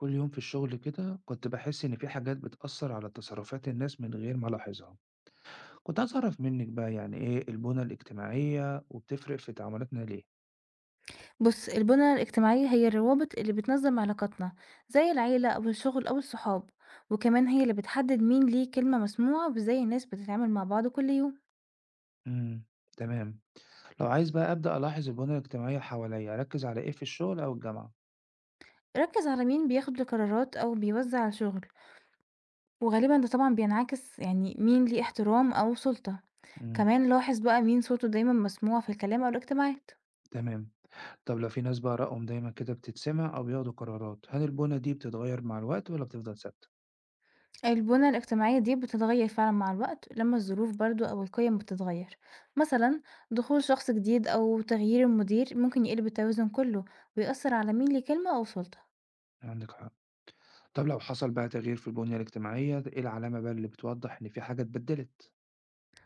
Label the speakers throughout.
Speaker 1: كل يوم في الشغل كده كنت بحس إن في حاجات بتأثر على تصرفات الناس من غير ما ألاحظها. كنت عايز أعرف منك بقى يعني إيه البنى الاجتماعية وبتفرق في تعاملاتنا ليه؟
Speaker 2: بص، البنى الاجتماعية هي الروابط اللي بتنظم علاقاتنا، زي العيلة أو الشغل أو الصحاب. وكمان هي اللي بتحدد مين ليه كلمة مسموعة وازاي الناس بتتعامل مع بعض كل يوم.
Speaker 1: امم. تمام. لو عايز بقى أبدأ ألاحظ البنى الاجتماعية حواليا أركز على إيه في الشغل أو الجامعة؟
Speaker 2: ركز على مين بياخد القرارات أو بيوزع الشغل، وغالبا ده طبعا بينعكس يعني مين ليه احترام أو سلطة.
Speaker 1: امم.
Speaker 2: كمان لاحظ بقى مين صوته دايما مسموع في الكلام أو الاجتماعات.
Speaker 1: تمام. طب لو في ناس بقى رأيهم دايما كده بتتسمع أو بياخدوا قرارات هل البنى دي بتتغير مع الوقت ولا بتفضل ثابتة؟
Speaker 2: البنى الاجتماعية دي بتتغير فعلا مع الوقت لما الظروف برضو أو القيم بتتغير. مثلا، دخول شخص جديد أو تغيير المدير ممكن يقلب التوازن كله، ويأثر على مين ليه كلمة أو سلطة.
Speaker 1: عندك حق. طب لو حصل بقى تغيير في البنية الاجتماعية إيه العلامة بقى اللي بتوضح إن في حاجة اتبدلت؟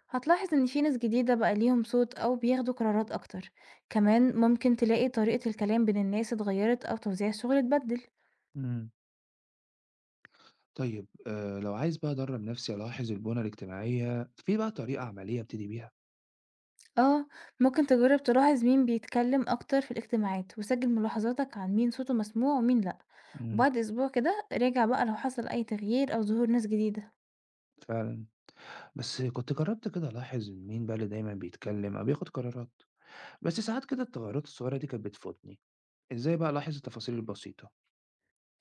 Speaker 2: هتلاحظ إن في ناس جديدة بقى ليهم صوت أو بياخدوا قرارات أكتر. كمان ممكن تلاقي طريقة الكلام بين الناس اتغيرت أو توزيع الشغل اتبدل.
Speaker 1: مم. طيب لو عايز بقى أدرّب نَفْسي ألاحظ البُنى الاجتماعية، في بقى طريقة عملية أبتدي بيها؟
Speaker 2: اه، ممكن تجرب تلاحظ مين بيتكلم أكتر في الاجتماعات وسجل ملاحظاتك عن مين صوته مسموع ومين لأ.
Speaker 1: إمم.
Speaker 2: وبعد أسبوع كده راجع بقى لو حصل أي تغيير أو ظهور ناس جديدة.
Speaker 1: فعلًا، بس كنت جرّبت كده ألاحظ مين بقى اللي دايمًا بيتكلّم أو بياخُد قرارات، بس ساعات كده التغيّرات الصغيرة دي كانت بتفوتني، إزاي بقى ألاحظ التفاصيل البسيطة؟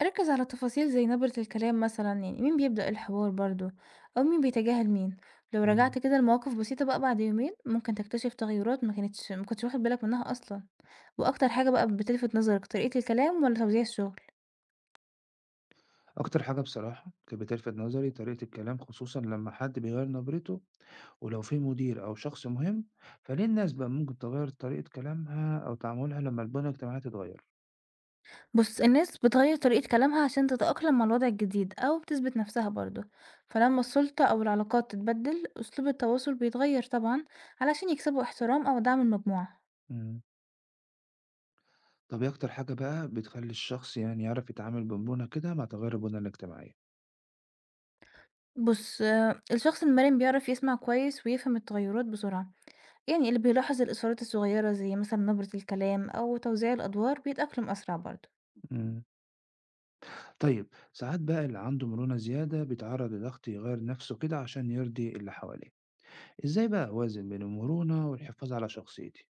Speaker 2: ركز على تفاصيل زي نبرة الكلام، مثلا يعني مين بيبدأ الحوار برضو أو مين بيتجاهل مين. لو
Speaker 1: إمم.
Speaker 2: رجعت كده لمواقف بسيطة بقى بعد يومين ممكن تكتشف تغيرات ما كنتش واخد بالك منها أصلا. وأكتر حاجة بقى بتلفت نظرك طريقة الكلام ولا توزيع الشغل؟
Speaker 1: أكتر حاجة بصراحة كانت بتلفت نظري طريقة الكلام خصوصًا لمّا حد بيغيّر نبرته، ولو في مدير أو شخص مهم، فليه الناس بقى ممكن تغيّر طريقة كلامها أو تعاملها لمّا البُنى الاجتماعية تتغيّر؟
Speaker 2: بص، الناس بتغير طريقة كلامها عشان تتأقلم مع الوضع الجديد أو بتثبت نفسها برضو. فلما السلطة أو العلاقات تتبدل أسلوب التواصل بيتغير طبعا، علشان يكسبوا احترام أو دعم المجموعة.
Speaker 1: إمم. طب إيه أكتر حاجة بقى بتخلّي الشخص يعني يعرف يتعامل بمرونة كده مع تغيّر البنى الاجتماعية؟
Speaker 2: بص آه، الشخص المرن بيعرف يسمع كويس ويفهم التغيرات بسرعة. يعني اللي بيلاحظ الإشارات الصغيرة زي مثلا نبرة الكلام أو توزيع الأدوار بيتأقلم أسرع برضه.
Speaker 1: إمم. طيب ساعات بقى اللي عنده مرونة زيادة بيتعرّض لضغط يغيّر نَفْسه كده عشان يرضي اللي حواليه، إزاي بقى أوازن بين المرونة والحفاظ على شخصيتي؟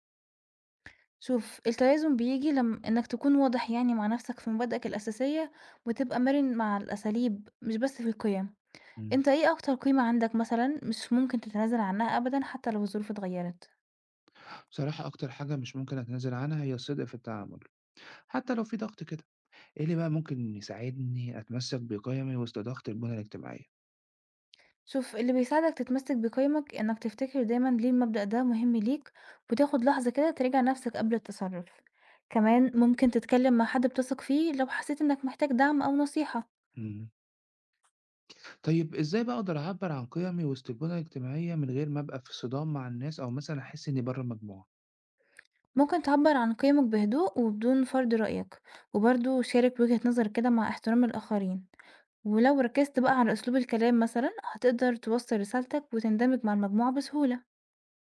Speaker 2: شوف، التوازن بيجي لما إنك تكون واضح يعني مع نفسك في مبادئك الأساسية، وتبقى مرن مع الأساليب مش بس في القيم.
Speaker 1: إمم.
Speaker 2: انت ايه أكتر قيمة عندك مثلا مش ممكن تتنازل عنها أبدا حتى لو الظروف اتغيرت؟
Speaker 1: بصراحة أكتر حاجة مش ممكن أتنازل عنها هي الصدق في التعامل، حتى لو في ضغط كده، إيه اللي بقى ممكن يساعدني أتمسّك بقيمي وسط ضغط البنى الاجتماعية؟
Speaker 2: شوف، اللي بيساعدك تتمسك بقيمك إنك تفتكر دايما ليه المبدأ ده مهم ليك، وتاخد لحظة كده تراجع نفسك قبل التصرف. كمان ممكن تتكلم مع حد بتثق فيه لو حسيت إنك محتاج دعم أو نصيحة.
Speaker 1: إمم. طيب إزاي بقى أقدر أعبّر عن قيمي وسط البنى الاجتماعية من غير ما أبقى في صدام مع الناس أو مثلًا أحس إني برّه المجموعة؟
Speaker 2: ممكن تعبر عن قيمك بهدوء وبدون فرض رأيك، وبرضه شارك وجهة نظرك كده مع احترام الآخرين. ولو ركزت بقى على أسلوب الكلام مثلا هتقدر توصل رسالتك وتندمج مع المجموعة بسهولة.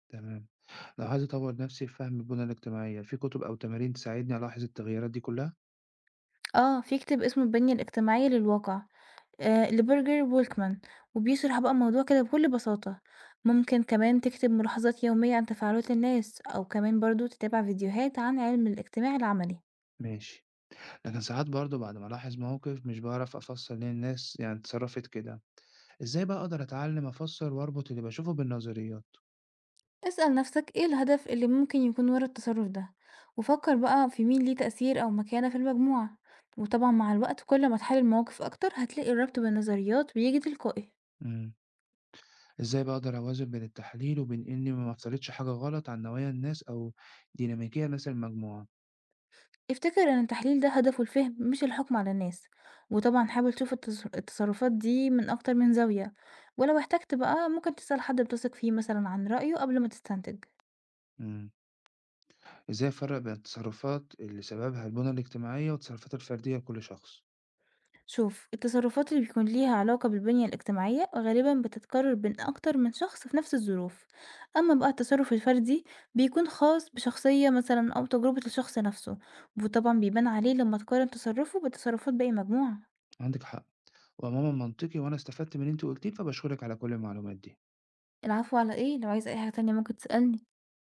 Speaker 1: تمام. لو عايز أطوّر نفسي في فهم البنى الاجتماعية، في كتب أو تمارين تساعدني ألاحظ التغييرات دي كلّها؟
Speaker 2: اه، في كتاب اسمه البنية الاجتماعية للواقع، آه لبرجر وولكمان، وبيشرح بقى الموضوع كده بكل بساطة. ممكن كمان تكتب ملاحظات يومية عن تفاعلات الناس أو كمان برضو تتابع فيديوهات عن علم الاجتماع العملي.
Speaker 1: ماشي. لكن ساعات برضه بعد ما ألاحظ موقف مش باعرف أفسّر ليه الناس يعني اتصرّفت كده. إزاي بقى أقدر أتعلّم أفسّر وأربط اللي باشوفه بالنظريات؟
Speaker 2: اسأل نفسك إيه الهدف اللي ممكن يكون ورا التصرف ده، وفكر بقى في مين ليه تأثير أو مكانة في المجموعة. وطبعا مع الوقت كل ما تحلل مواقف أكتر هتلاقي الربط بين النظريات بيجي تلقائي.
Speaker 1: إمم. إزاي بقى أقدر أوازن بين التحليل وبين إني ما أفترضش حاجة غلط عن نوايا الناس أو ديناميكية مثلًا المجموعة؟
Speaker 2: افتكر إن التحليل ده هدفه الفهم مش الحكم على الناس. وطبعا حاول تشوف التصرفات دي من أكتر من زاوية. ولو احتجت بقى ممكن تسأل حد بتثق فيه مثلا عن رأيه قبل ما تستنتج.
Speaker 1: إمم. إزاي أفرق بين التصرفات اللي سببها البنى الاجتماعية والتصرفات الفردية لكل شخص؟
Speaker 2: شوف، التصرفات اللي بيكون ليها علاقة بالبنية الاجتماعية غالبا بتتكرر بين أكتر من شخص في نفس الظروف. أما بقى التصرف الفردي، بيكون خاص بشخصية مثلا أو تجربة الشخص نفسه، وطبعا بيبان عليه لما تقارن تصرفه بتصرفات باقي مجموعة.
Speaker 1: عندك حق. وعموما منطقي وأنا استفدت من اللي أنت قلتيه فبشكرك على كل المعلومات دي.
Speaker 2: العفو على ايه، لو عايزة اي حاجة تانية ممكن تسألني.